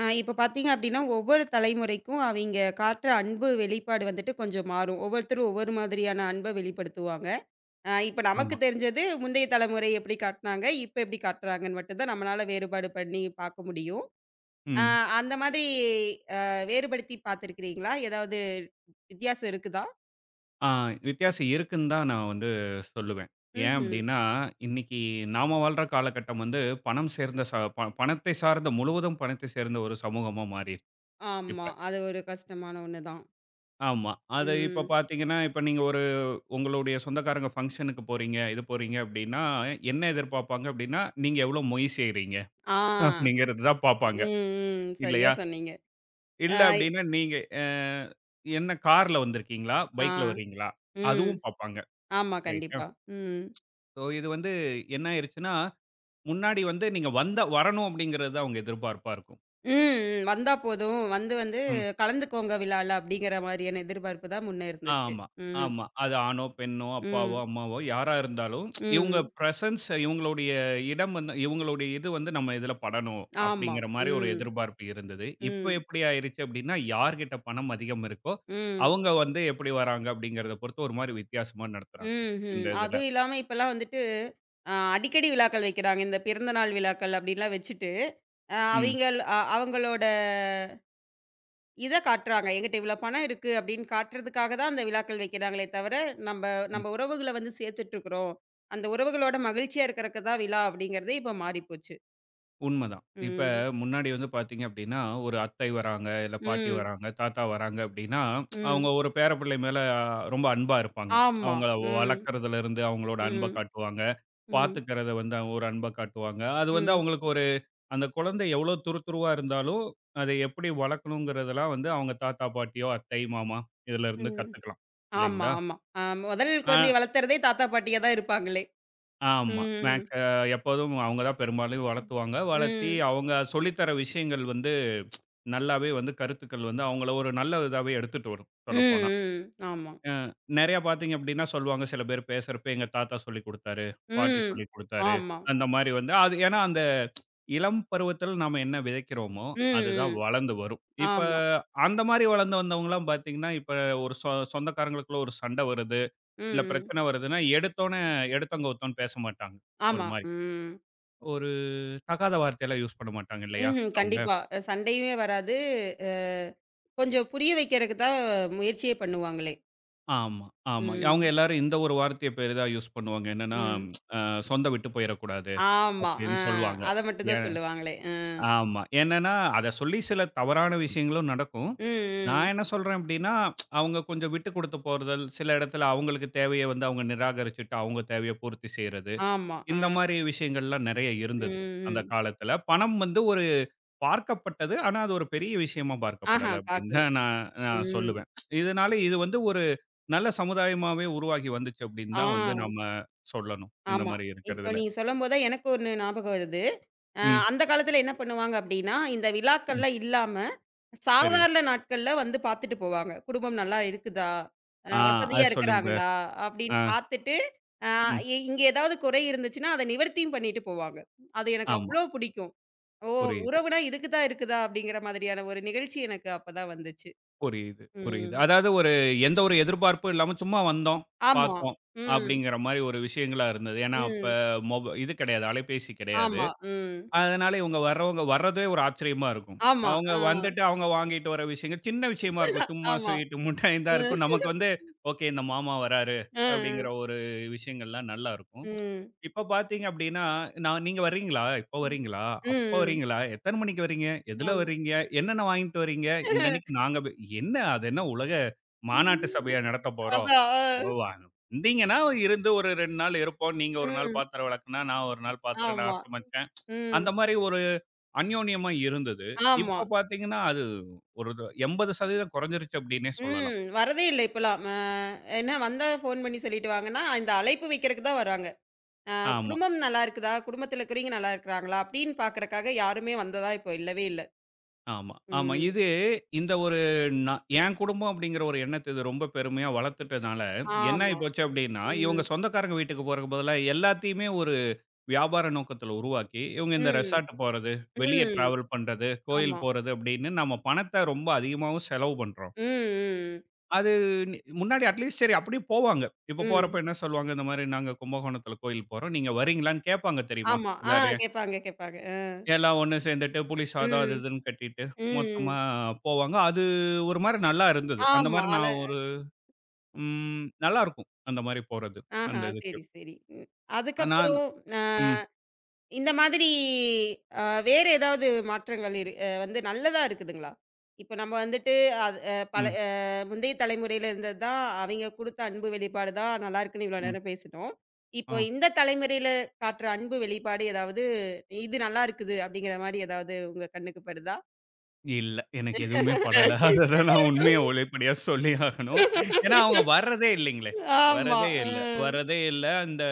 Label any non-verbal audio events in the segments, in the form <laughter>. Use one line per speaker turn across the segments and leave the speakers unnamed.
இப்ப பார்த்தீங்க அப்டின்னா, ஒவ்வொரு தலைமுறைக்கும் அவைங்க காட்டுற அன்பு வெளிப்பாடு வந்துட்டு கொஞ்சம் மாறும். ஒவ்வொருத்தரும் ஒவ்வொரு மாதிரியான அன்ப வெளிப்படுத்துவாங்க. இப்ப நமக்கு
ஆமா.
தெரிஞ்சது முந்தைய தலைமுறை எப்டி காட்னாங்க, இப்ப எப்டி காட்டுறாங்கன்னு மட்டும் தான் நம்மளால வேறுபாடு பண்ணி பார்க்க முடியும். அ
ம்.
அந்த மாதிரி அ வேறுபடுத்தி பார்த்துருக்கிறீங்களா? ஏதாவது வித்தியாசம் இருக்குதா?
ஆ வித்தியாசம் இருக்குன்னு தான் நான் வந்து சொல்லுவேன். ஏன்
ம்ஹ்ம்.
அப்டின்னா, இன்னைக்கு நாம வாழ்ற காலகட்டம் வந்து பணம் சேர்ந்த ச ப பணத்தை சார்ந்த முழுவதும் பணத்தை சேர்ந்த ஒரு சமூகமா மாறிருச்சு இப்ப.
ஆமா. அது ஒரு கஷ்டமான ஒண்ணு தான்.
ஆமா. அத இப்ப
ம்.
பார்த்தீங்கன்னா, இப்ப நீங்க ஒரு உங்களுடைய சொந்தக்காரங்க ஃபங்ஷனுக்கு போறீங்க, இது போறீங்க அப்டின்னா, என்ன எதிர்பார்ப்பாங்க அப்டின்னா, நீங்க எவ்ளோ மொய் செய்றீங்க
ஆ.
அப்டிங்கிறது தான் பார்ப்பாங்க.
ம், ம். சரியா
இல்லையா?
சொன்னீங்க. அ
இல்ல அப்டின்னா நீங்க என்ன கார்ல வந்திருக்கீங்களா?
ஆ.
பைக்ல வர்றீங்களா?
ம்.
அதுவும் பார்ப்பாங்க.
ஆமா.
ரைட்.
கண்டிப்பா. ம்.
ஸோ இது வந்து என்ன ஆயிருச்சுன்னா, முன்னாடி வந்து நீங்க வந்தா வரணும் அப்படிங்கிறது தான் அவங்க எதிர்பார்ப்பா இருக்கும்.
ம். வந்தா போதும். வந்து வந்து
ம்.
கலந்துக்கோங்க விழால அப்படிங்கிற மாரியான எதிர்பார்ப்பு தான் முன்ன இருந்துச்சு.
ஆமா,
ம்.
ஆமா. அது ஆணோ, பெண்ணோ, அப்பாவோ,
ம்.
அம்மாவோ யாரா இருந்தாலும்
ம்.
இவங்க
ம்.
பிரசன்ஸ் இவங்களுடைய இடம் வந்து இவங்களுடைய இது வந்து நம்ம இதில படணும்
ஆமா.
அப்படிங்கிற மாரி ஒரு
ம்.
எதிர்பார்ப்பு இருந்தது. இப்ப
ம்.
எப்படி ஆயிருச்சு அப்படின்னா, யார்கிட்ட பணம் அதிகம் இருக்கோ,
ம்.
அவங்க வந்து எப்படி வராங்க அப்படிங்கிறத பொறுத்து ஒரு மாரி வித்தியாசமா நடத்துறாங்க. இந்த
ம்ஹ்ம்.
இதில.
அதுவும் இல்லாம இப்பலாம் வந்துட்டு, அடிக்கடி விழாக்கள் வைக்கிறாங்க. இந்த பிறந்தநாள் விழாக்கள் அப்படின்லாம் வச்சுட்டு, அ
ம்.
அவிங்கள் அ அவங்களோட இத காட்டுறாங்க. என்கிட்ட இவ்வளோ பணம் இருக்கு அப்படின்னு காட்டுறதுக்காக தான் அந்த விழாக்கள் வைக்கிறாங்களே தவிர, நம்ப நம்ப உறவுகள வந்து சேர்த்துட்ருக்குறோம். அந்த உறவுகளோட மகிழ்ச்சியா இருக்கறக்கு தான் விழா அப்படிங்கிறதே இப்ப மாறிப்போச்சு.
உண்மதான். இப்ப
ம்.
முன்னாடி வந்து பார்த்தீங்க அப்படின்னா, ஒரு அத்தை வராங்க, இல்ல பாட்டி
ம்.
வராங்க, தாத்தா வராங்க அப்படின்னா,
ம்.
அவங்க ஒரு பேர பிள்ளை மேல ரொம்ப அன்பா இருப்பாங்க.
ஆமா.
அவங்கள
ம்.
வளர்க்கறதுலருந்து அவங்களோட அன்ப
ம்.
காட்டுவாங்க.
ம்.
பார்த்துக்கிறத வந்து அவங்க ஒரு அன்ப காட்டுவாங்க. அது வந்து
ம்.
அவங்களுக்கு ஒரு அந்த குழந்தை எவ்வளோ துருதுருவா இருந்தாலும், அதை எப்படி வளர்க்கணுங்கிறதெல்லாம் வந்து அவங்க தாத்தா, பாட்டியோ, அத்தை, மாமா இதுலருந்து
ம்.
கத்துக்கலாம்.
ஆமா,
இல்லைங்களா?
ஆமா. ஆ முதல்
ஆ
குழந்தைய வளர்த்துறதே தாத்தா, பாட்டியா தான் இருப்பாங்களே!
ஆமா.
ம்.
மேக்ஸ் எப்போதும் அவங்க தான் பெரும்பாலும்
ம்.
வளர்த்துவாங்க. வளர்த்தி
ம்.
அவங்க சொல்லி தர விஷயங்கள் வந்து நல்லாவே வந்து கருத்துக்கள் வந்து அவங்கள ஒரு நல்ல இதாவே எடுத்துட்டு வரும் சொல்லப்போனா.
ம். ஆமா.
அ நெறையா பார்த்தீங்க அப்டின்னா சொல்லுவாங்க சில பேர் பேசுறப்ப எங்க தாத்தா சொல்லிக் குடுத்தாரு, பாட்டி
ம்.
சொல்லிக் குடுத்தாரு.
ஆமா.
அந்த மாரி வந்து அது ஏன்னா அந்த இளம் பருவத்தில் நாம என்ன விதைக்கிறோமோ, அதுதான்
ம். ம்.
வளர்ந்து வரும். இப்ப
ஆமா.
அந்த மாரி வளர்ந்து வந்தவங்கலாம் பார்த்தீங்கன்னா, இப்ப ஒரு சொந்தக்காரங்களுக்குள்ள ஒரு சண்ட வருது,
ம்.
இல்ல
ம்.
பிரச்சனை வருதுன்னா, எடுத்தோனே எடுத்தோம் கவுத்தோம்ன்னு பேச மாட்டாங்க. ஒரு
ஆமா.
மாரி.
ம்.
ஒரு தகாத வார்த்தையெல்லாம் யூஸ் பண்ண மாட்டாங்க இல்லையா?
ம்ஹ்ம்.
அவங்க.
கண்டிப்பா. சண்டையுமே வராது. அ கொஞ்சம் புரிய வைக்கிறதுக்கு தான் முயற்சியே பண்ணுவாங்களே!
ஆமா, ஆமா. அவங்க
ம்.
எல்லாரும் இந்த ஒரு வார்த்தைய பெரிதா யூஸ் பண்ணுவாங்க. என்னன்னா,
ம்.
அ "சொந்த விட்டு போயிறக்கூடாது"
ஆமா. ஆ.
அப்படின்னு சொல்லுவாங்க.
அத மட்டும் தான்
ஏன்
சொல்லுவாங்களே! அ.
ஆமா. என்னன்னா, அத சொல்லி சில தவறான விஷயங்களும் நடக்கும்.
ம்.
நான்
ம்.
என்ன சொல்றேன் அப்படின்னா, அவங்க கொஞ்சம் விட்டு குடுத்து போறதல், சில இடத்துல அவங்களுக்கு தேவைய வந்து அவங்க நிராகரிச்சுட்டு, அவங்க தேவைய பூர்த்தி செய்றது.
ஆமா. அ,
இந்த மாரி விஷயங்கள்லாம் நெறைய இருந்தது, அந்த
ம், ம்.
காலத்துல. பணம் வந்து ஒரு பார்க்கப்பட்டது. ஆனா, அது ஒரு பெரிய விஷயமா
ஆஹா
பார்க்கப்படல அப்படின்னு
பாக்கல.
தான் நான் நான்
ம்.
சொல்லுவேன். இதனால இது வந்து ஒரு நல்ல சமுதாயமாவே உருவாகி வந்துச்சு அப்படின்னு
ஆ,
தான் வந்து நம்ம சொல்லணும். இந்த
ஆமா.
மாரி
இப்போ
இருக்கிறதுல.
நீங்க சொல்லும்போது தான் எனக்கு ஒண்ணு ஞாபகம் வருது. அ
ம்,
அந்த காலத்துல என்ன பண்ணுவாங்க அப்டின்னா, இந்த
ம்.
விழாக்கள்லாம் இல்லாம,
சரி.
சாதாரண நாட்கள்ல வந்து பாத்துட்டு போவாங்க. குடும்பம் நல்லா இருக்குதா?
ஆ அது
வசதியா
சொல்லுங்க ப்ரோ.
இருக்கிறாங்களா?
ஆ,
அப்டின்னு பாத்துட்டு, அ
ம்.
இ இங்க ஏதாவது குறை இருந்துச்சுன்னா, அத நிவர்த்தியும் பண்ணிட்டு போவாங்க. அது எனக்கு
ஆமா.
அவ்ளோ பிடிக்கும். ஓ!
புரியுது,
உறவுனா இதுக்கு தான் இருக்குதா? அப்டிங்கிற மாதிரியான ஒரு நிகழ்ச்சி எனக்கு அப்பதான் வந்துச்சு.
புரியுது, புரியுது.
ம்.
அதாவது ஒரு எந்த ஒரு எதிர்பார்ப்பும் இல்லாம சும்மா வந்தோம்,
ஆமா.
பார்த்தோம்
ம்.
அப்படிங்கிற மாரி ஒரு விஷயங்களா இருந்தது. ஏன்னா அப்ப
ம்.
மொப இது கிடையாது, அலைபேசி கிடையாது.
ஆமா. ம்.
அதனால இவங்க வர்றவங்க வர்றதே ஒரு ஆச்சரியமா இருக்கும்.
ஆமா.
அவங்க
ஆ.
வந்துட்டு அவங்க வாங்கிட்டு வர விஷயங்கள் சின்ன விஷயமா இருக்கும்.
<laughs>
சும்மா
ஆமா.
ஸ்வீட்டு, முட்டாய் தான்
ம்.
இருக்கும். நமக்கு வந்து ஓகே இந்த மாமா வராரு
அ. அ.
அப்படிங்கிற ஒரு விஷயங்கள்லாம் நல்லா இருக்கும்.
ம்.
இப்ப பார்த்தீங்க அப்படின்னா, நான் நீங்க வர்றீங்களா? இப்ப வர்றீங்களா? அப்ப
ம்.
வர்றீங்களா? எத்தன மணிக்கு வர்றீங்க? எதுல
ஆமா.
வர்றீங்க? என்னென்ன வாங்கிட்டு வர்றீங்க? இந்த அன்னைக்கு நாங்க ப என்ன அது என்ன உலக மாநாட்டு சபையா நடத்த போறோம்?
அதான்.
ஓ
அ.
வந்தீங்கன்னா இருந்து ஒரு 2 நாள் இருப்போம். நீங்க 1 நாள்
ம்.
பாத்திரம் விளக்குனா, நான் 1 நாள் பாத்திரம் நான்
ஆமா.
சமைச்சேன்.
ம்.
அந்த மாரி ஒரு அந்யோன்யமா இருந்தது.
ஆமா.
இப்ப பார்த்தீங்கன்னா, அது ஒரு 80% குறைஞ்சிருச்சு அப்டின்னே சொல்லலாம்.
ம். வரதே இல்ல இப்பலாம். என்ன வந்தா ஃபோன் பண்ணி சொல்லிட்டு வாங்கன்னா, இந்த அழைப்பு வைக்கிறக்கு தான் வராங்க.
ஆமா,
குடும்பம் நல்லா இருக்குதா? குடும்பத்துல இருக்கிறவங்க நல்லா இருக்கிறாங்களா? அப்படின்னு பார்க்கறக்காக யாருமே வந்ததா இப்போ இல்லவே இல்ல.
ஆமா, ஆமா.
ம்.
இது இந்த ஒரு நான் என் குடும்பம் அப்டிங்கிற ஒரு எண்ணத்த இது ரொம்ப பெருமையா வளர்த்துட்டனால, என்ன ஆயி
ஆமா.
போச்சு அப்டின்னா,
ம்.
இவங்க சொந்தக்காரங்க வீட்டுக்கு போறதுக்கு பதிலா எல்லாத்தையுமே ஒரு வியாபார நோக்கத்துல உருவாக்கி, இவங்க இந்த
ம்.
ரெசார்ட் போறது, வெளிய
ம்.
டிராவல் பண்றது, கோயில்
ஆமா.
போறது அப்டின்னு நம்ம பணத்த ரொம்ப அதிகமாவும் செலவு பண்றோம்.
ம். ம்.
அது முன்னாடி அட்லீஸ்ட் சரி அப்படியே போவாங்க. இப்ப
ம்.
போறப்ப என்ன சொல்லுவாங்க, இந்த மாரி நாங்க கும்பகோணத்தில கோயில் போறோம். நீங்க வரீங்களான்னு கேட்பாங்க தெரியுமா?
ஆமா. ஆ
எல்லாரையும்.
கேட்பாங்க, கேட்பாங்க.
எல்லாம் ஒண்ணு சேர்ந்துட்டு புளி சாதம் அது
ம்.
இதுன்னு கட்டிட்டு மொத்தமா
ம்.
போவாங்க. அது ஒரு மாரி நல்லா இருந்தது. அந்த
ஆமா.
மாரி
அல
நான் ஒரு ம் நல்லாருக்கும். அந்த மாரி போறது.
ஆஹா.
அந்த இதுக்கு.
சரி, சரி. ம்.
நான்
அதுக்கப்புறம் அ
ம்,
இந்த மாதிரி அ வேற ஏதாவது மாற்றங்கள் இரு அ வந்து நல்லதா இருக்குதுங்களா? இப்ப நம்ம வந்துட்டு அது அ பல
ம்,
அ முந்தைய தலைமுறையில இருந்தது தான் அவைங்க குடுத்த அன்பு வெளிப்பாடு தான் நல்லா இருக்குன்னு இவ்வளோ
ம்.
நேரம் பேசினோம். இப்போ
ஆ.
இந்த தலைமுறையில காட்டுற அன்பு வெளிப்பாடு ஏதாவது, இது நல்லா இருக்குது அப்படிங்கிற மாரி ஏதாவது உங்க கண்ணுக்கு படுதா?
இல்ல. எனக்கு எதுவுமே படல. அததான் நான்
<laughs>
உண்மைய ஒளிப்படையா சொல்லி ஆகணும். ஏன்னா, அவங்க வர்றதே இல்லைங்களே!
ஆமா.
வரதே
அ.
இல்ல. வரதே இல்ல. அந்த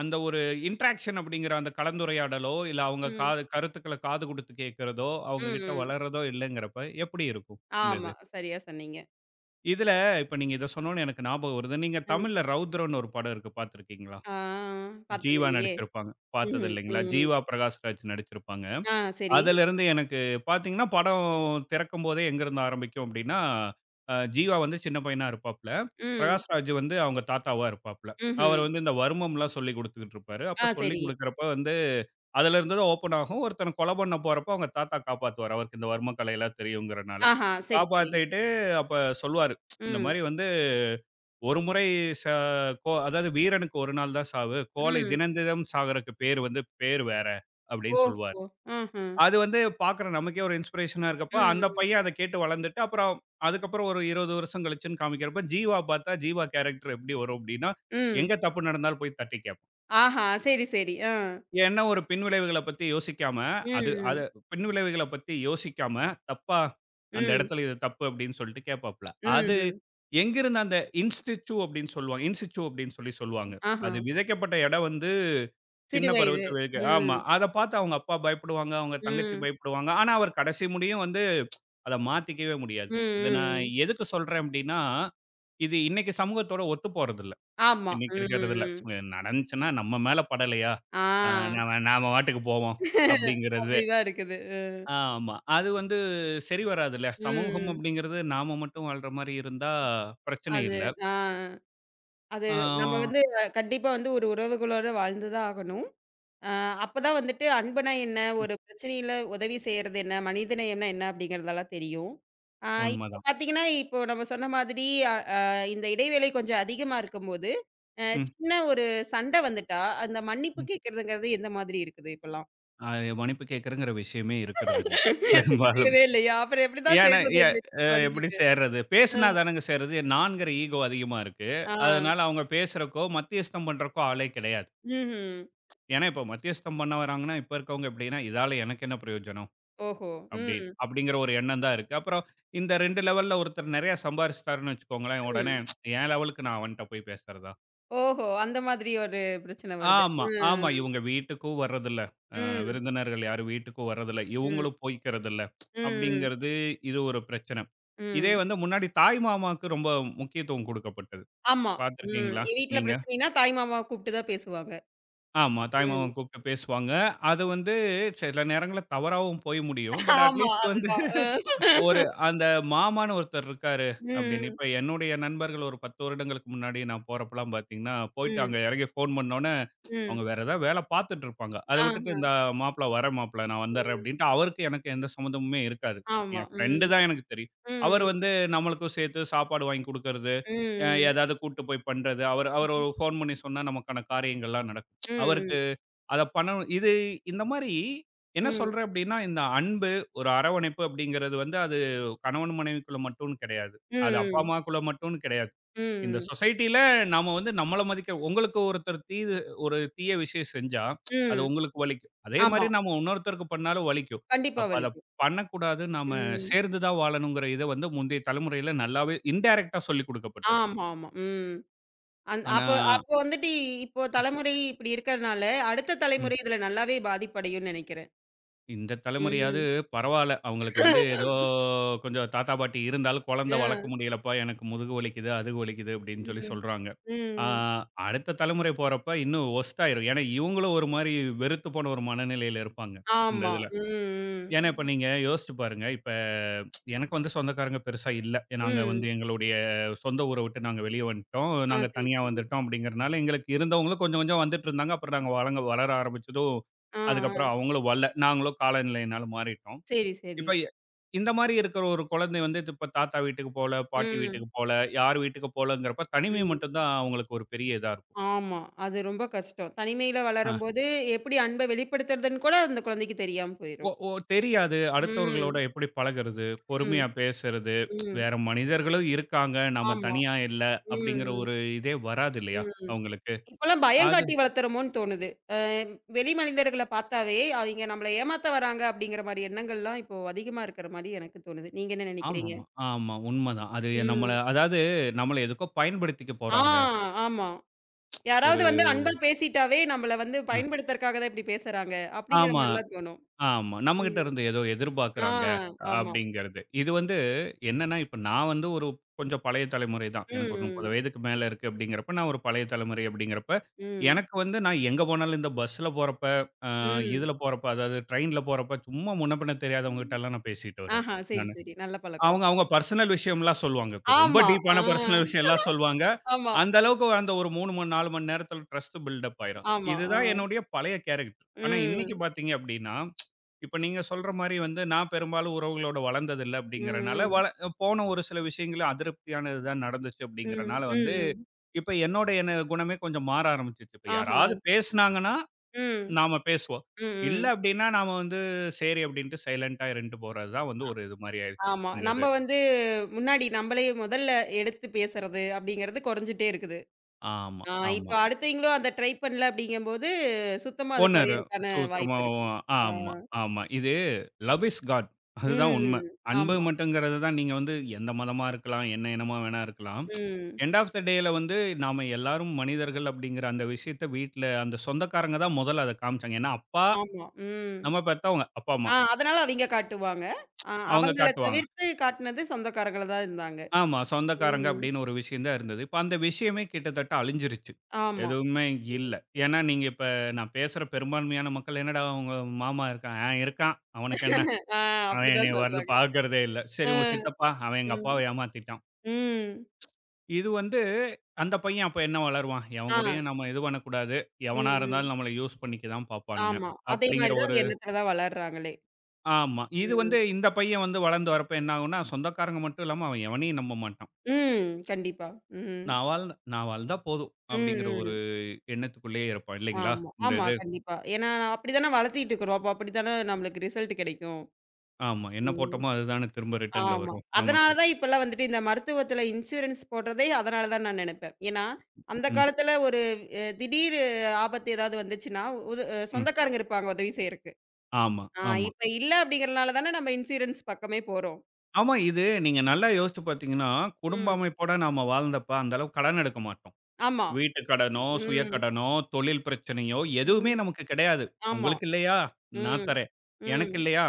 அந்த ஒரு இன்டராக்ஷன் அப்படிங்கிற அந்த கலந்துரையாடலோ, இல்ல அவங்க
ம்,
காது கருத்துக்கள காது குடுத்து கேட்கிறதோ, அவங்க
ம்,
கிட்ட
ம்.
வளர்றதோ இல்லங்கிறப்ப எப்படி இருக்கும் இந்த
ஆமா.
இது?
சரியா சொன்னீங்க.
இதுல இப்ப நீங்க இத சொன்னோனே எனக்கு ஞாபகம் வருது. நீங்க
ம்.
தமிழ்ல ரவுத்ரம்னு ஒரு படம் இருக்கு பார்த்திருக்கீங்களா?
ஆ பார்த்தது
ஜீவா
இல்லையே!
நடிச்சிருப்பாங்க. பார்த்தது
ம்ஹ்ம்.
இல்லைங்களா?
ம்.
ஜீவா பிரகாஷ்ராஜ் நடிச்சிருப்பாங்க.
ஆ சரி.
அதிலிருந்து எனக்கு பார்த்தீங்கன்னா, படம் திறக்கும்போதே எங்கேருந்து ஆரம்பிக்கும் அப்டின்னா, ஜீவா வந்து சின்ன பையனா இருப்பாப்ல.
ம்.
பிரகாஷ்ராஜ் வந்து அவங்க தாத்தாவா இருப்பாப்ல.
ம்ஹ்ம்.
அவரு வந்து இந்த வர்மம்லாம் சொல்லிக் குடுத்துக்கிட்டு இருப்பாரு. அப்ப
ஆ
சொல்லிக்
சரி.
குடுக்குறப்ப வந்து அதிலிருந்து தான் ஓப்பன் ஆகும். ஒருத்தன கொலை பண்ண போறப்ப அவங்க தாத்தா காப்பாத்துவாரு. அவருக்கு இந்த வர்ம கலையெல்லாம் தெரியுங்கிறனால.
ஆஹா! சரி, சரி.
காப்பாத்திட்டு அப்ப சொல்லுவாரு. இந்த
ம்.
மாரி வந்து ஒரு முறை ச கோ அதாவது வீரனுக்கு ஒரு நாள் தான் சாவு. கோழை
ம்.
தினம் தினம் சாகறக்கு பேரு வந்து பேர் வேற அப்டின்னு சொல்லுவாரு.
ஓஹோ! ம்ஹ்ம்.
அது வந்து பாக்குற நமக்கே ஒரு இன்ஸ்பிரேஷனா இருக்கப்ப,
ம்,
அந்த
ம்.
பையன் அத கேட்டு வளர்ந்துட்டு, அப்புறம் அதுக்கப்புறம் ஒரு 20 வருஷம் கழிச்சுன்னு காமிக்கிறப்ப, ஜீவா பாத்தா, ஜீவா கேரக்டர் எப்படி வரும் அப்படின்னா,
ம்.
எங்க தப்பு நடந்தாலும் போய் தட்டி கேப்பான்.
ஆஹா! சரி, சரி. ஆ.
ஏன்னா, ஒரு பின்விளைவுகள பத்தி யோசிக்காம,
ம்,
அது அது
ம்.
பின்விளைவுகள பத்தி யோசிக்காம, தப்பா அந்த
ம்.
இடத்துல இது தப்பு அப்படின்னு சொல்லிட்டு கேட்பாப்ல.
ம்,
அது
ம்.
எங்கிருந்து அந்த இன்ஸ்டிச்சு அப்படின்னு சொல்லுவாங்க. இன்சிச்சு அப்படின்னு சொல்லி சொல்லுவாங்க.
ஆஹா!
அது விதைக்கப்பட்ட இடம் வந்து
சிறு
சின்ன
வயது.
பருவத்தில இருக்கு. ஆமா.
ம்.
அத பார்த்து அவங்க அப்பா பயப்படுவாங்க, அவங்க தங்கச்சி
ம்.
பயப்படுவாங்க. ஆனா, அவர் கடைசி முடியும் வந்து அத மாத்திக்கவே முடியாது.
ம்,
இத நான்
ம், ம்.
எதுக்கு சொல்றேன் அப்படின்னா, இது இன்னைக்கு சமூகத்தோட ஒத்து போறதில்ல.
ஆமா.
இன்னைக்கு
ம்,
இருக்கிறதில்ல.
ம்.
நடந்துச்சுன்னா நம்ம மேல படலையா? அ
ஆ.
நாம நாம பாட்டுக்கு போவோம் அப்படிங்கிறது.
அப்படிதான் இருக்குது.
ஆமா. அது வந்து சரி வராதுல்ல. சமூகம்
ம், ம்.
அப்படிங்கிறது நாம மட்டும் வாழ்ற மாரி இருந்தா பிரச்சனை
அது
இல்ல.
ஆ. அது
ஆ
நம்ம வந்து கண்டிப்பா வந்து ஒரு உறவுகளோட வாழ்ந்து தான் ஆகணும். அ அப்பதான் வந்துட்டு அன்புனா என்ன? ஒரு பிரச்சனையில உதவி செய்றது என்ன? மனிதநேயம்னா என்ன? அப்படிங்கிறதெல்லாம் தெரியும். அ இப்ப
உண்மதான்.
பார்த்தீங்கன்னா, இப்போ நம்ம சொன்ன மாதிரி அ அ இந்த இடைவேளை கொஞ்சம் அதிகமா இருக்கும்போது, அ
ம்,
சின்ன ஒரு சண்டை வந்துட்டா, அந்த மன்னிப்பு
ம்.
கேட்கிறதுங்கிறது எந்த மாதிரி இருக்குது இப்பலாம்?
அது மன்னிப்பு கேட்கிறங்கிற விஷயமே இருக்கிறதில்ல. பெரும்பாலும்.
இசையவே <laughs> இல்லையா? அப்புறம் எப்படிதான்
ஏன்னா
சேர்றது
எ
இது
எப்படி
மறுபடியுமே?
சேர்றது? பேசுனா தானங்க சேர்றது. நான்கிற ஈகோ அதிகமா இருக்கு.
ஆ.
அதனால அவங்க பேசுறக்கோ, மத்தியஸ்தம் பண்றக்கோ ஆளே கிடையாது.
ம்ஹ்ம்.
ஏன்னா, இப்போ மத்தியஸ்தம் பண்ண வராங்கன்னா, இப்ப இருக்கவங்க எப்படின்னா, இதால எனக்கு என்ன பிரயோஜனம்?
ஓஹோ!
அப்படி
ம்.
அப்படிங்கிற ஒரு எண்ணம் தான் இருக்கு. அப்புறம் இந்த 2 லெவல்ல ஒருத்தர் நெறைய சம்பாரிச்சுட்டாருன்னு வச்சுக்கோங்களேன், உடனே
ம்.
என் லெவலுக்கு நான் அவன்ட்ட போய் பேசுறதா?
ஓஹோ! அந்த மாதிரி ஒரு பிரச்சனை வருது.
ஆமா, ஆமா.
ம்.
இவங்க வீட்டுக்கும் வர்றதில்ல. அ
ம்.
விருந்தினர்கள் யாரும் வீட்டுக்கும் வர்றதில்ல.
ம்.
இவங்களும் போய்க்கிறதில்ல.
ம்.
அப்படிங்கிறது இது ஒரு பிரச்சனை. இதே
ம்.
வந்து முன்னாடி தாய் மாமாவுக்கு ரொம்ப முக்கியத்துவம் குடுக்கப்பட்டது.
ஆமா. ம்.
பார்த்துருக்கீங்களா
வீட்ல
நீங்க?
பிரச்சனைன்னா, தாய் மாமாவ கூப்பிட்டு தான் பேசுவாங்க.
ஆமா. தாய்
ம்.
மாமன் கூப்பிட்டு பேசுவாங்க. அது வந்து சில நேரங்கள்ல தவறாவும் போய் முடியும். பட்
ஆமா.
அட்லீஸ்ட் வந்து
அதுதான். அ. ம்.
ஒரு
<laughs>
அந்த மாமான்னு ஒருத்தர் இருக்காரு அப்படின்னு. இப்ப என்னுடைய நண்பர்கள் ஒரு 10 வருடங்களுக்கு முன்னாடி நான் போறப்பலாம் பார்த்தீங்கன்னா, போயிட்டு
ம்.
அங்க எறங்கி ஃபோன் பண்ணோனே,
ம்.
அவங்க வேற ஏதாவது வேல பார்த்துட்டு இருப்பாங்க. அத விட்டுட்டு
ஆஹ.
இந்த மாப்பிள வரேன் மாப்பிள நான் வந்துடுறேன்
ம்.
அப்படின்ட்டு அவருக்கு எனக்கு எந்த சம்மந்தமுமே இருக்காது.
ஆமா.
என் ஃப்ரெண்டு
ம்.
தான் எனக்கு தெரியும். அவர்
ம்.
வந்து நம்மளுக்கும் சேர்த்து சாப்பாடு வாங்கி குடுக்கறது,
ம்.
ஏதாவது கூட்டு போய் பண்றது. அவர் அவர் ஒரு ஃபோன் பண்ணி சொன்னா நமக்கான காரியங்கள்லாம் நடக்கும். அவருக்கு
ம்.
அத பண்ணணும். இது இந்த மாரி என்ன
ம்.
சொல்றேன் அப்டின்னா, இந்த அன்பு, ஒரு அரவணைப்பு அப்டிங்கிறது வந்து அது கணவன் மனைவிக்குள்ள மட்டும்னு கிடையாது. அது அப்பா,
ம்.
அம்மாக்குள்ள மட்டும்னு கிடையாது. இந்த
ம்.
சொசைட்டில நாம வந்து நம்மள மதிக்க உங்களுக்கு ஒருத்தர் தீது ஒரு தீய விஷயம் செஞ்சா, அது
ம்.
உங்களுக்கு வலிக்கும். அதே
ஆமா.
மாரி நாம இன்னொருத்தருக்கு பண்ணாலும் வலிக்கும்.
கண்டிப்பா
அப்ப அத
வலிக்கும்.
பண்ணக்கூடாது. நாம
ம்.
சேர்ந்து தான் வாழணுங்கிற இத வந்து முந்தைய தலைமுறையில நல்லாவே இன்டைரக்ட்டா சொல்லிக் குடுக்கப்பட்டது.
ஆமாமா. ம். அந்
ஆனா,
அப்ப அப்போ வந்துட்டு இப்போ தலைமுறை இப்டி இருக்கறனால, அடுத்த
ம்.
தலைமுறை இதுல நல்லாவே பாதிப்படையும்னு நெனைக்கிறேன்.
இந்த தலைமுறையாவது
ம்.
பரவால்ல. அவங்களுக்கு வந்து ஏதோ
<laughs>
கொஞ்சம் தாத்தா, பாட்டி இருந்தாலும் குழந்தை
அ.
வளர்க்க முடியலப்பா, எனக்கு முதுகு வலிக்குது, அது வலிக்குது அப்படின்னு சொல்லி
ம்.
சொல்றாங்க. ஆ
ம்.
அடுத்த தலைமுறை போறப்ப இன்னும் ஒர்ஸ்ட் ஆயிரும். ஏன்னா இவங்களும் ஒரு மாரி வெறுத்து போன ஒரு மனநிலையில இருப்பாங்க, இந்த
ஆமா.
இதுல.
ம்,
ஏன்னா, இப்ப
ம்.
நீங்க யோசிச்சு பாருங்க. இப்ப எனக்கு வந்து சொந்தக்காரங்க பெருசா இல்ல. நாங்க வந்து
ம்.
எங்களுடைய சொந்த ஊர விட்டு நாங்க வெளிய வந்துட்டோம்.
ஆ
நாங்க
சரி,
தனியா
சரி.
வந்துட்டோம் அப்படிங்கிறனால, எங்களுக்கு இருந்தவங்களும் கொஞ்சம் கொஞ்சம் வந்துட்டு இருந்தாங்க. அப்புறம் நாங்க வளங்க வளர ஆரம்பிச்சதும்,
ஆ, ஆ.
அதுக்கப்புறம் அவங்களும் வரல. நாங்களும் காலநிலையினால மாறிட்டோம்.
சரி, சரி.
இப்ப இந்த மாரி இருக்கிற ஒரு குழந்தை வந்து இப்ப தாத்தா வீட்டுக்கு போல, பாட்டி
ம்,
வீட்டுக்கு போல, யார் வீட்டுக்கு போலங்கிறப்ப தனிமை
ம்.
மட்டும் தான் அவங்களுக்கு ஒரு பெரிய இதா இருக்கும்.
ஆமா. அது ரொம்ப கஷ்டம். தனிமையில வளரும்போது எப்படி அன்ப வெளிப்படுத்துறதுன்னு கூட அந்த குழந்தைக்கு தெரியாம
ஒ
போயிரும்.
ஒ தெரியாது. அடுத்தவர்களோட
ம்,
எப்படி பழகுறது?
ம்,
பொறுமையா பேசுறது,
ம்.
வேற மனிதர்களும் இருக்காங்க. நம்ம
ஆமா.
தனியா இல்ல அப்படிங்கிற
ம்,
ஒரு இதே வராது இல்லையா
ம்.
அவங்களுக்கு?
இப்பலாம் பயம்
அது
காட்டி வளர்த்துறோமோன்னு தோணுது. அ வெளி மனிதர்கள பார்த்தாவே அவிங்க நம்மள ஏமாத்த வராங்க அப்படிங்கிற மாரி எண்ணங்கள்லாம் இப்போ அதிகமா இருக்கிற மாரி எனக்கு தோணுது. நீங்க என்ன நினைக்கிறீங்க?
ஆமாமா, ஆமா. உண்மதான். அது நம்மள
ம்.
அதாவது நம்மள எதுக்கோ பயன்படுத்திக்க
ஆ,
போறாங்க.
ஆமா.
ஒரு
யாராவது வந்து அன்பா பேசிட்டாவே, நம்மள வந்து
அ
பயன்படுத்துறக்காக தான் இப்படி பேசுறாங்க. அப்படிங்கிற
ஆமா,
மாரிலாம் தோணும்.
ஆமா. நம்மகிட்ட
ம்.
இருந்து ஏதோ
ஆ,
எதிர்பார்க்குறாங்க
ஆமா.
அப்படிங்கிறது. இது வந்து என்னன்னா, இப்ப நான் வந்து ஒரு கொஞ்சம் பழைய தலைமுறை தான்.
ம்,
எனக்கு ஒரு 30
ம்,
வயதுக்கு மேல இருக்கு அப்படிங்கிறப்ப, நான் ஒரு பழைய தலைமுறை அப்படிங்கிறப்ப,
ம்,
எனக்கு வந்து நான் எங்க போனாலும் இந்த பஸ்ல போறப்ப,
ம்.
இதுல போறப்ப, அதாவது ட்ரெயின்ல போறப்ப சும்மா முன்ன பின்ன தெரியாதவங்ககிட்டலாம் நான் பேசிட்டு வருவேன்
ஆஹா, சரி,
நானு.
சரி. நல்ல பழக்கம்.
அவங்க அவங்க பர்சனல் விஷயம்லாம் சொல்லுவாங்க. இப்ப ரொம்ப
ஆமா.
டீப்பான
ஆ,
பர்சனல் விஷயம்லாம் சொல்லுவாங்க.
ஆமா,
அந்த அளவுக்கு அந்த ஒரு 3 மணி 4 மணி நேரத்தில ட்ரஸ்ட் பில்டப் ஆயிரும்.
ஆமா. ஆ.
இதுதான் என்னுடைய பழைய கேரக்டர். ஆனா இன்னைக்கு
ம்,
பார்த்தீங்க அப்டின்னா, இப்ப நீங்க சொல்ற மாரி வந்து நான் பெரும்பாலும் உறவுகளோட வளர்ந்ததில்ல
ம்,
அப்டிங்கிறனால,
ம்,
போன ஒரு சில விஷயங்கள் அதிருப்தியானது தான் நடந்துச்சு
ம்,
அப்டிங்கிறனால
ம்,
வந்து,
ம்.
இப்ப என்னோட என்ன குணமே கொஞ்சம் மாற ஆரம்பிச்சுருச்சு. இப்ப
ஆஹா.
யாராவது பேசினாங்கன்னா
ம்,
நாம பேசுவோம். இல்ல
ம், ம்.
அப்டின்னா, நாம வந்து சரி அப்டின்ட்டு சைலன்ட்டா இருந்துட்டு போறது தான் வந்து ஒரு இது மாரி ஆயிருச்சு.
ஆமா.
இந்த
நம்ம
இது.
வந்து முன்னாடி நம்மளே முதல்ல எடுத்து பேசுறது அப்படிங்கிறது குறைஞ்சுட்டே இருக்குது.
ஆமா,
ஆ, இப்ப
ஆமா.
அடுத்தவங்களும் அத ட்ரை பண்ணல அப்படிங்கும்போது, சுத்தமா அது
ஒன்னரு
குறையறக்கான
சுத்தமா
வாய்ப்பு இருக்குது. ஆ.
ஆமா, ஆமா. இது லவ் இஸ் காட் அதுதான் உண்ம.
ம்.
அன்பு
ஆமா.
மட்டும்ங்கிறது தான் நீங்க வந்து எந்த மதமா இருக்கலாம், என்ன இனமா வேணா இருக்கலாம்.
ம்.
எண்ட் ஆஃப் த டேல வந்து நாம எல்லாரும் மனிதர்கள் அப்டிங்கிற அந்த விஷயத்த வீட்ல அந்த சொந்தக்காரங்க தான் முதல்ல அத காமிச்சாங்க. ஏன்னா, அப்பா
ஆமா. ம்.
நம்ம பெத்தவங்க, அப்பா, அம்மா
ஆ அதனால அவிங்க காட்டுவாங்க.
அவங்க
அவங்கள
காட்டுவாங்க.
தவிர்த்து காட்டுனது சொந்தக்காரங்கள தான் இருந்தாங்க.
ஆமா. சொந்தக்காரங்க
ம்.
அப்படின்னு ஒரு விஷயம் தான் இருந்தது. இப்ப அந்த விஷயமே கிட்டத்தட்ட அழிஞ்சிருச்சு.
ஆமா.
எதுவுமே இல்ல. ஏன்னா நீங்க இப்ப நான் பேசுற பெரும்பான்மையான மக்கள் என்னடா உங்க மாமா இருக்கான். ஆ இருக்கான். அவனுக்கு என்ன?
ஆ
அவன்
அப்படிதான்
என்னைய வருது
சொல்றாங்க.
பார்க்கிறதே இல்ல. சரி உங்க
அ.
சித்தப்பா? அவன் எங்க அப்பாவ
ம்.
ஏமாத்திட்டான்.
ம்.
இது வந்து அந்த பையன் அப்ப என்ன வளருவான்? எவன்
ஆ.
கூடயும் நம்ம இது பண்ணக்கூடாது.
ம்,
எவனா
ம்.
இருந்தாலும் நம்மள யூஸ் பண்ணிக்க தான் பார்ப்பானுங்க.
ஆமா. அதே
அப்படிங்கிற
மாரி தான்
ஒரு
அந்த எண்ணத்துல தான் வளர்றாங்களே.
ஆமா. இது
ம்.
வந்து இந்த பையன் வந்து வளர்ந்து வரப்ப என்ன ஆகும்னா, சொந்தக்காரங்க மட்டும் இல்லாம அவன் எவனையும் நம்ப மாட்டான்.
ம். கண்டிப்பா. ம்.
நான் வாழ்ந்தா போதும்
ம்,
அப்படிங்கிற ஒரு
ம்.
எண்ணத்துக்குள்ளேயே இருப்பான் இல்லைங்களா?
ஆமா.
இந்த
ஆமா.
இது.
கண்டிப்பா. ஏன்னா, அப்படித்தானே வளர்த்திட்டு இருக்கிறோம். அப்ப அப்படித்தானே நம்மளுக்கு ரிசல்ட் கிடைக்கும்.
ஆமா. என்ன
ம்.
போட்டோமோ அதுதானே திரும்ப ரிட்டர்ன்ல
ஆமா.
வரும்
அதனால
நமக்கு.
தான் இப்பல்லாம் வந்துட்டு இந்த மருத்துவத்தில இன்சூரன்ஸ் போடுறதே அதனால தான் நான் நெனப்பேன். ஏன்னா, அந்த
ம்,
காலத்தில ஒரு திடீர் ஆபத்து ஏதாவது வந்துச்சுன்னா, உத அ
ம்.
சொந்தக்காரங்க இருப்பாங்க உதவி செய்றக்கு.
ஆமா,
ஆ
ஆமா.
இப்ப இல்ல அப்படிங்கிறனால தானே நம்ம இன்சூரன்ஸ் பக்கமே போறோம்.
ஆமா, இது நீங்க நல்லா யோசிச்சு பார்த்தீங்கன்னா, குடும்ப
ம்.
அமைப்போட நாம வாழ்ந்தப்ப அந்த அளவுக்கு கடன் எடுக்க மாட்டோம்.
ஆமா.
வீட்டு கடனோ, சுய
ம்.
கடனோ, தொழில் பிரச்சனையோ எதுவுமே
ம்.
நமக்கு கிடையாது.
ஆமா.
உங்களுக்கு இல்லையா? நான்
ம்.
தரேன்.
ம்.
எனக்கு இல்லையா?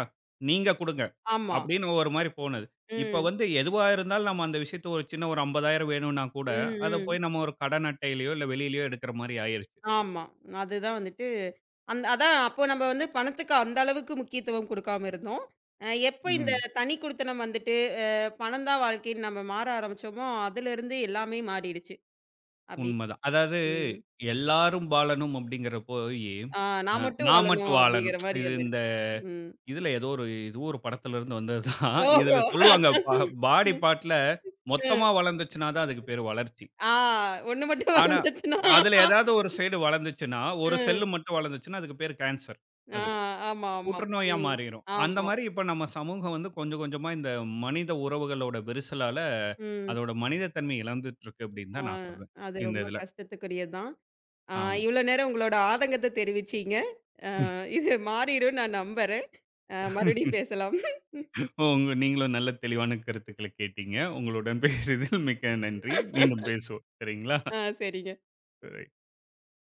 நீங்க குடுங்க.
ஆமா.
அப்படின்னு ஒரு மாரி போனது. இப்ப
ம்.
வந்து எதுவா இருந்தாலும் நம்ம அந்த விஷயத்த ஒரு சின்ன ஒரு 50,000 வேணும்னா கூட,
ம்.
அத
ம்.
போய் நம்ம ஒரு கடன் அட்டையிலயோ, இல்ல வெளியிலயோ எடுக்கிற மாரி ஆயிருச்சு.
ஆமா. அதுதான் வந்துட்டு அந்த அதான் அப்போ நம்ம வந்து பணத்துக்கு அந்த அளவுக்கு முக்கியத்துவம் குடுக்காம இருந்தோம். எப்போ இந்த
ம்.
தனி குடித்தனம் வந்துட்டு, அ பணம் தான் வாழ்க்கைன்னு நம்ம மாற ஆரம்பிச்சோமோ, அதிலிருந்து எல்லாமே மாறிடுச்சு. அப்டி
உண்மதான். அதாவது
ம்.
எல்லாரும் வாழணும் அப்படிங்கிற போயி,
ஆ
அ
நான் மட்டும்
நான்
வாழணும்
மட்டும் வாழணும்.
அப்டிங்கிற மாரி
இது இந்த
வந்துருச்சு. ம்.
இதுல ஏதோ ஒரு இது ஒரு படத்துல இருந்து வந்தது தான். இதுல
ஓஹோ!
சொல்லுவாங்க பாடி
ம்.
பார்ட்ல மொத்தமா
ம்.
வளர்ந்துச்சுன்னா தான் அதுக்கு பேரு வளர்ச்சி.
ஆ 1 மட்டும்
ஆனா,
வளர்ந்துச்சுன்னா
அதுல ஏதாவது ஒரு சைடு வளர்ந்துச்சுன்னா, ஒரு
ம்.
செல்லு மட்டும் வளர்ந்துச்சுன்னா அதுக்கு பேரு கேன்சர்.
ஆ
அது
ஆமா, ஆமா.
புற்றுநோயா
ம்.
மாறிரும். அந்த
ஆமா.
மாரி இப்ப நம்ம சமூகம் வந்து கொஞ்சம் கொஞ்சமா இந்த மனித உறவுகளோட விரிசலால
ம்.
அதோட மனித தன்மை இழந்துட்டு இருக்கு அப்படின்னு
ஆ
தான் நான் சொல்வேன்.
அது
இந்த
ரொம்ப
இதுல.
கஷ்டத்துக்குரியது தான். ஆ
ஆமா.
இவ்ளோ நேரம் உங்களோட ஆதங்கத்த தெரிவிச்சீங்க. ஆ, இது மாறிரும்னு நான் நம்புறேன். மறுபடியும் பேசலாம்.
ஓ! உங்க நீங்களும் நல்ல தெளிவான கருத்துக்கள கேட்டீங்க. உங்களுடன் பேசியதில் மிக்க நன்றி. மீண்டும்
<laughs>
பேசுவோம். சரிங்களா?
ஆ சரிங்க.